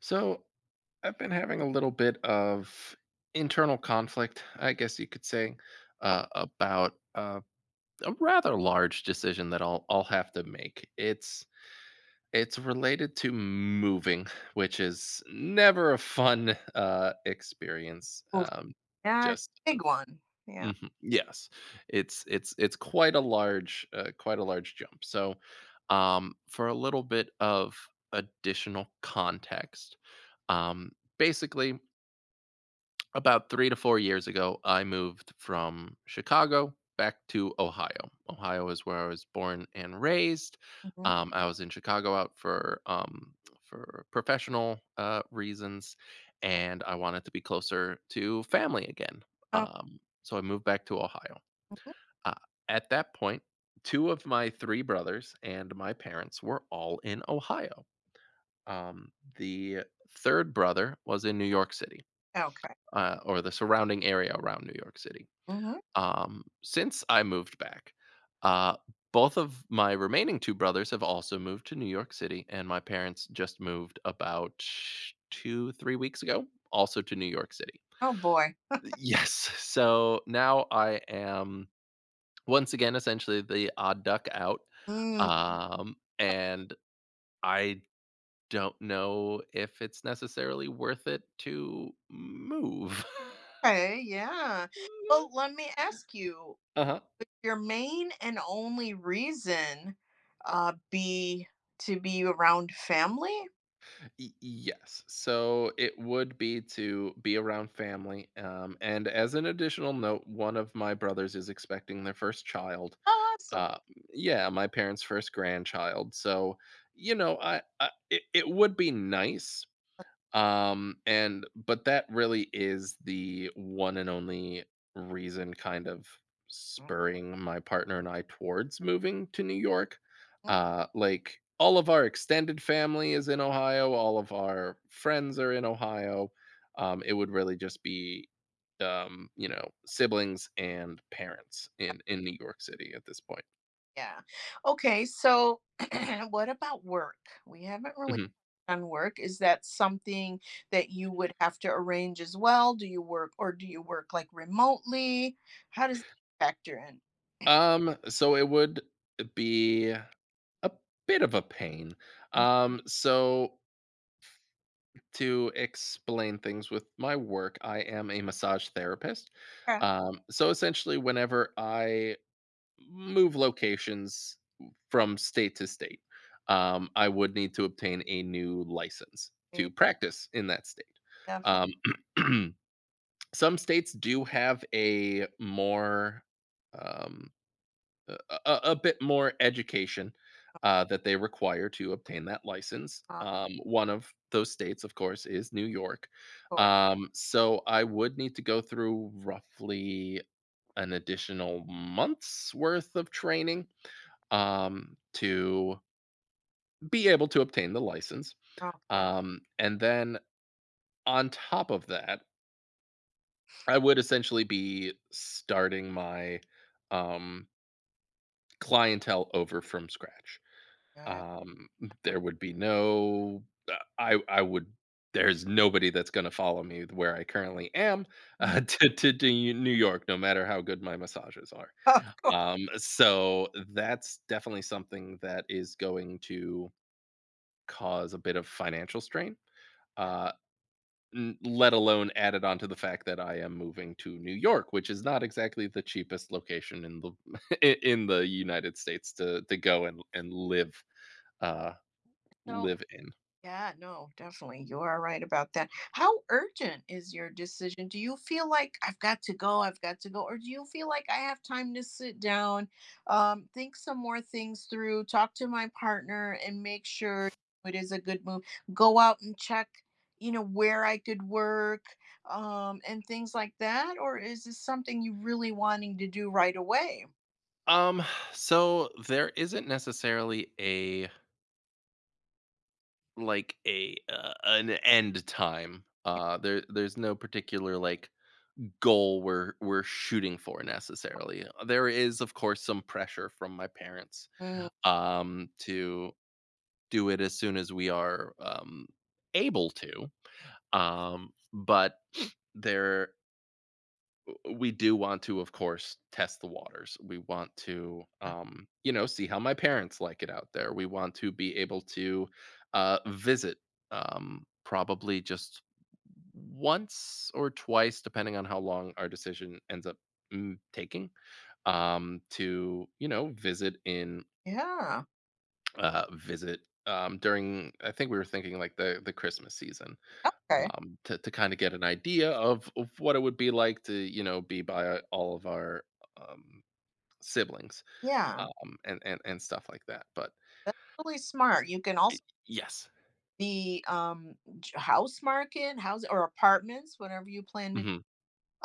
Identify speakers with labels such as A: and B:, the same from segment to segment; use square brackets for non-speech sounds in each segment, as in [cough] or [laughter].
A: So I've been having a little bit of internal conflict, I guess you could say, about a rather large decision that I'll have to make. It's related to moving, which is never a fun experience.
B: Oof, yeah, it's
A: Just
B: a big one. Yeah.
A: Mhm. Yes. It's quite a large jump. So, for a little bit of additional context, um, basically, about 3 to 4 years ago, I moved from Chicago back to Ohio. Ohio is where I was born and raised.
B: Mhm.
A: I was in Chicago out for professional, reasons, and I wanted to be closer to family again.
B: Oh,
A: So I moved back to Ohio.
B: mhm.
A: Uh, at that point, two of my three brothers and my parents were all in Ohio. Um, the third brother was in New York City,
B: Okay.
A: or the surrounding area around New York City.
B: Mhm.
A: Since I moved back, uh, both of my remaining two brothers have also moved to New York City, and my parents just moved about two, 3 weeks ago, also to New York City.
B: Oh boy.
A: Yes. [laughs] So now I am, once again, essentially the odd duck out,
B: Mm,
A: and I don't know if it's necessarily worth it to move. [laughs]
B: okay. Yeah. Well, let me ask you,
A: Uh-huh.
B: would your main and only reason be to be around family?
A: Y yes. So, it would be to be around family, and as an additional note, one of my brothers is expecting their first child.
B: Oh, awesome.
A: Uh, yeah, my parents' first grandchild, so, you know, I it it would be nice. And but that really is the one and only reason, kind of
B: Mm-hmm.
A: spurring my partner and I towards moving to New York. Like, all of our extended family is in Ohio, all of our friends are in Ohio. It would really just be, siblings and parents in New York City at this point.
B: Yeah. Okay. So, [clears throat] what about work? We haven't really
A: Mhm.
B: done work. Is that something that you would have to arrange as well? Do you work, or do you work like remotely? How does that factor in?
A: So it would be a bit of a pain.
B: Mm.
A: So to explain things with my work, I am a massage therapist.
B: Okay,
A: So essentially, whenever I move locations from state to state, I would need to obtain a new license
B: yeah,
A: to practice in that state.
B: definitely
A: Um, [clears throat] some states do have um, a, a bit more education that they require to obtain that license.
B: not.
A: One of those states, of course, is New York.
B: Of course.
A: So I would need to go through roughly an additional month's worth of training, to be able to obtain the license.
B: Okay,
A: And then, on top of that, I would essentially be starting my, um, clientele over from scratch.
B: yeah.
A: Um, there would be no uh, I I would there's nobody that's gonna follow me where I currently am, [laughs] to New York, no matter how good my massages are.
B: [laughs] Of course.
A: So that's definitely something that is going to cause a bit of financial strain, uh, n let alone added on to the fact that I am moving to New York, which is not exactly the cheapest location in the [laughs] I in the United States to go and uh, live in.
B: Yeah, no, definitely. You are right about that. How urgent is your decision? Do you feel like I've got to go, I've got to go, or do you feel like I have time to sit down, think some more things through, talk to my partner, and make sure it is a good move? Go out and check where I could work, and things like that, or is this something you really wanting to do right away?
A: Um, so there isn't necessarily a like a an end time. There's no particular, like, goal we're shooting for necessarily. There is, of course, some pressure from my parents
B: Mm,
A: to do it as soon as we are able to. But [sniffs] there we do want to, of course, test the waters. We want to, see how my parents like it out there. We want to be able to visit, probably just once or twice, depending on how long our decision ends up, taking, to, visit in,
B: yeah.
A: visit during I think we were thinking like the Christmas season,
B: Okay.
A: to kind of get an idea of what it would be like to, be by all of our, um, siblings
B: Yeah.
A: and stuff like that. But
B: That's really smart. You can also,
A: yes.
B: the house market house or apartments, whatever you plan to,
A: hmm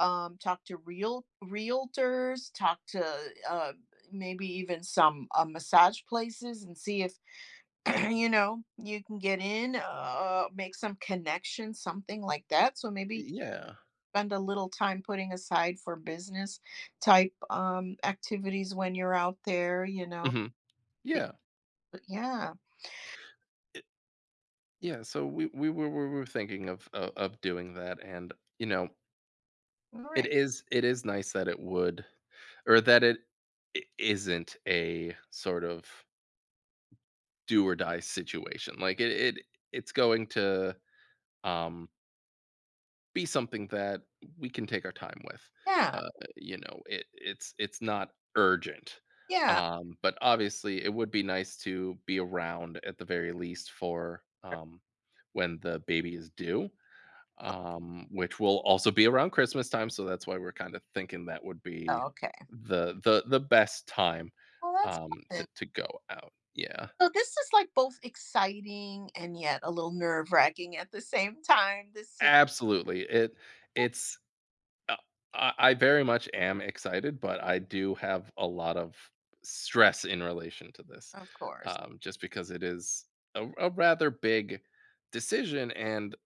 B: talk to realtors, talk to, uh maybe even some massage places and see if, [clears throat] you can get in, make some connections, something like that, so maybe
A: yeah.
B: spend a little time putting aside for business type activities when you're out there,
A: hmm yeah.
B: but yeah,
A: It- yeah. So we were thinking of, of doing that, and you know
B: all
A: it
B: right,
A: is it is nice that it would or that it I- isn't a sort of do or die situation. Like, it's going to um be something that we can take our time with.
B: yeah,
A: Uh, it's not urgent.
B: yeah.
A: But obviously, it would be nice to be around at the very least for, when the baby is due. Which will also be around Christmas time, so that's why we're kind of thinking that would be
B: Okay.
A: the best time,
B: Well, that's fun.
A: to go out. Yeah.
B: So this is like both exciting and yet a little nerve wracking at the same time. This, sit-
A: Absolutely. It it's Uh, I very much am excited, but I do have a lot of stress in relation to this,
B: of course,
A: just because it is a rather big decision. And,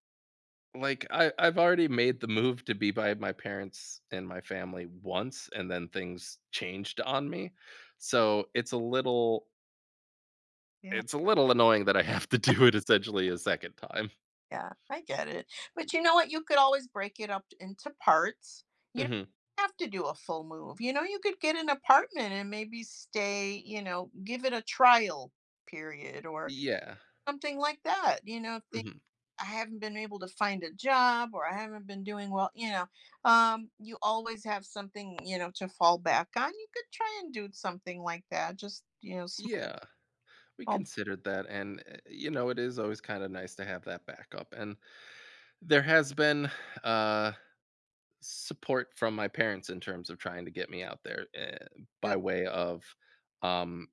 A: like, I've already made the move to be by my parents and my family once, and then things changed on me. So it's a little.
B: yeah,
A: It's a little annoying that I have to do it essentially a second time.
B: yeah, I get it. But you know what? You could always break it up into parts. You don't
A: hmm
B: have to do a full move. You could get an apartment and maybe stay. Give it a trial period or
A: Yeah.
B: something like that. If
A: hmm
B: I haven't been able to find a job or I haven't been doing well, you always have something to fall back on. You could try and do something like that. Just small.
A: Yeah. We considered that, and it is always kind of nice to have that backup. And there has been, uh, support from my parents in terms of trying to get me out there, by
B: Bit.
A: way of, um,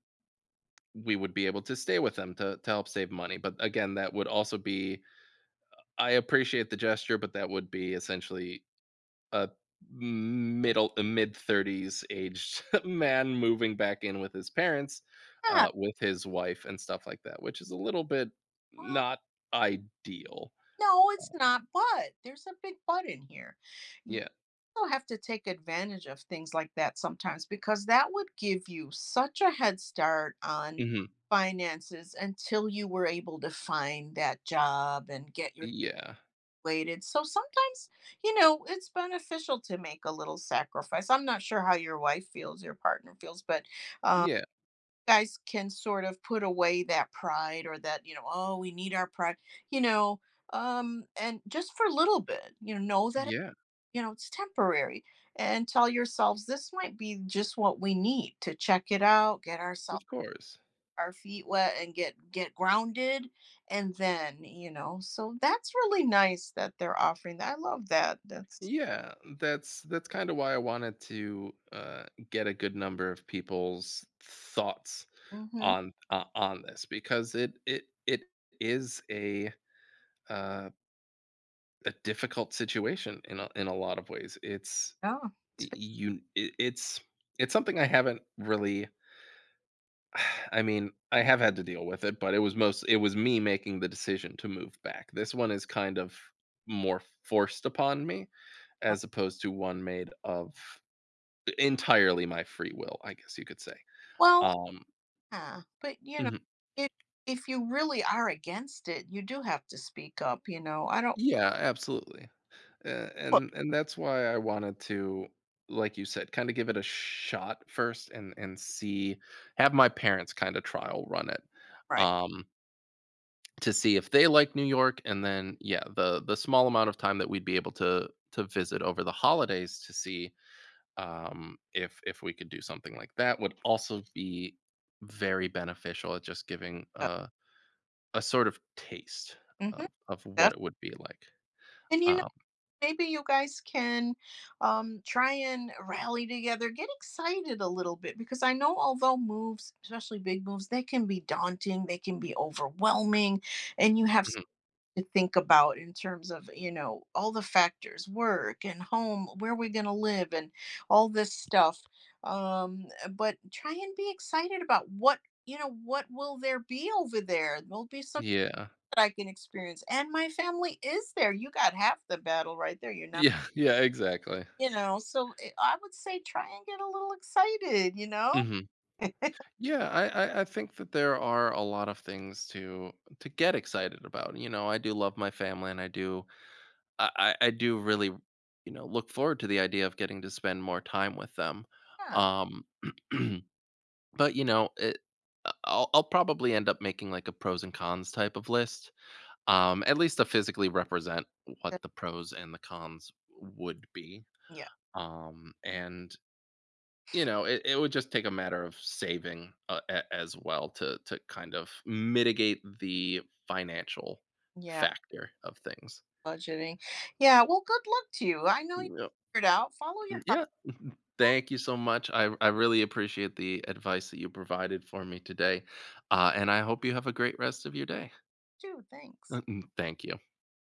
A: we would be able to stay with them to help save money. But again, that would also be, I appreciate the gesture, but that would be essentially a a mid 30s aged [laughs] man moving back in with his parents,
B: Yeah.
A: with his wife and stuff like that, which is a little bit
B: Well,
A: not ideal.
B: no, it's not. But there's a big but in here. You
A: Yeah.
B: also have to take advantage of things like that sometimes because that would give you such a head start on
A: Hmm.
B: finances until you were able to find that job and get your
A: Yeah.
B: related. So sometimes it's beneficial to make a little sacrifice. I'm not sure how your wife feels, your partner feels, but um,
A: Yeah.
B: guys can sort of put away that pride or that oh, we need our pride, you know, and just for a little bit know that
A: Yeah,
B: it's temporary, and tell yourselves this might be just what we need to check it out, get ourselves
A: of course.
B: our feet wet and get grounded, and then so that's really nice that they're offering that. I love that. That's
A: Yeah, that's kind of why I wanted to, get a good number of people's thoughts
B: hmm.
A: on this because it is uh, a difficult situation in a lot of ways. It's
B: Yeah, it's
A: y- you i- it's it's something I haven't really, [sighs] I mean, I have had to deal with it, but it was me making the decision to move back. This one is kind of more forced upon me,
B: big.
A: as opposed to one made of entirely my free will, I guess you could say.
B: Well,
A: Um
B: yeah, but
A: mhm.
B: if if you really are against it, you do have to speak up. I don't.
A: Yeah, absolutely. A-
B: Look.
A: and and that's why I wanted to, like you said, kind of give it a shot first and see, have my parents kind of trial run it,
B: Right.
A: um to see if they like New York. And then yeah, the small amount of time that we'd be able to visit over the holidays to see, if we could do something like that would also be very beneficial at just giving,
B: uh,
A: a sort of taste of,
B: mhm.
A: of what
B: def-
A: it would be like,
B: and you,
A: um
B: maybe you guys can, try and rally together, get excited a little bit, because I know although moves, especially big moves, they can be daunting, they can be overwhelming, and you have
A: mhm,
B: to think about, in terms of, all the factors, work and home, where we're going to live and all this stuff, um but try and be excited about what, what will there be over there. There'll be something
A: yeah.
B: that I can experience, and my family is there. You got half the battle right there. You're not,
A: Yeah, [laughs] yeah, exactly.
B: you know, so it I would say try and get a little excited, you know?
A: hmm
B: [laughs]
A: Yeah, I think that there are a lot of things to get excited about. You know, I do love my family, and I do really, look forward to the idea of getting to spend more time with them.
B: Yeah.
A: Um, [clears throat] but, you know, it, I- I'll probably end up making like a pros and cons type of list. At least to physically represent what
B: Uh,
A: the pros and the cons would be.
B: Yeah.
A: And it would just take a matter of saving, as well, to kind of mitigate the financial
B: Yeah,
A: factor of things.
B: budgeting. Yeah, well, good luck to you. I know you
A: Yep.
B: figured it out. Follow
A: Mm,
B: your heart
A: yeah. [laughs] Thank you so much. I really appreciate the advice that you provided for me today. And I hope you have a great rest of your day.
B: too. Thanks.
A: [laughs] Thank you.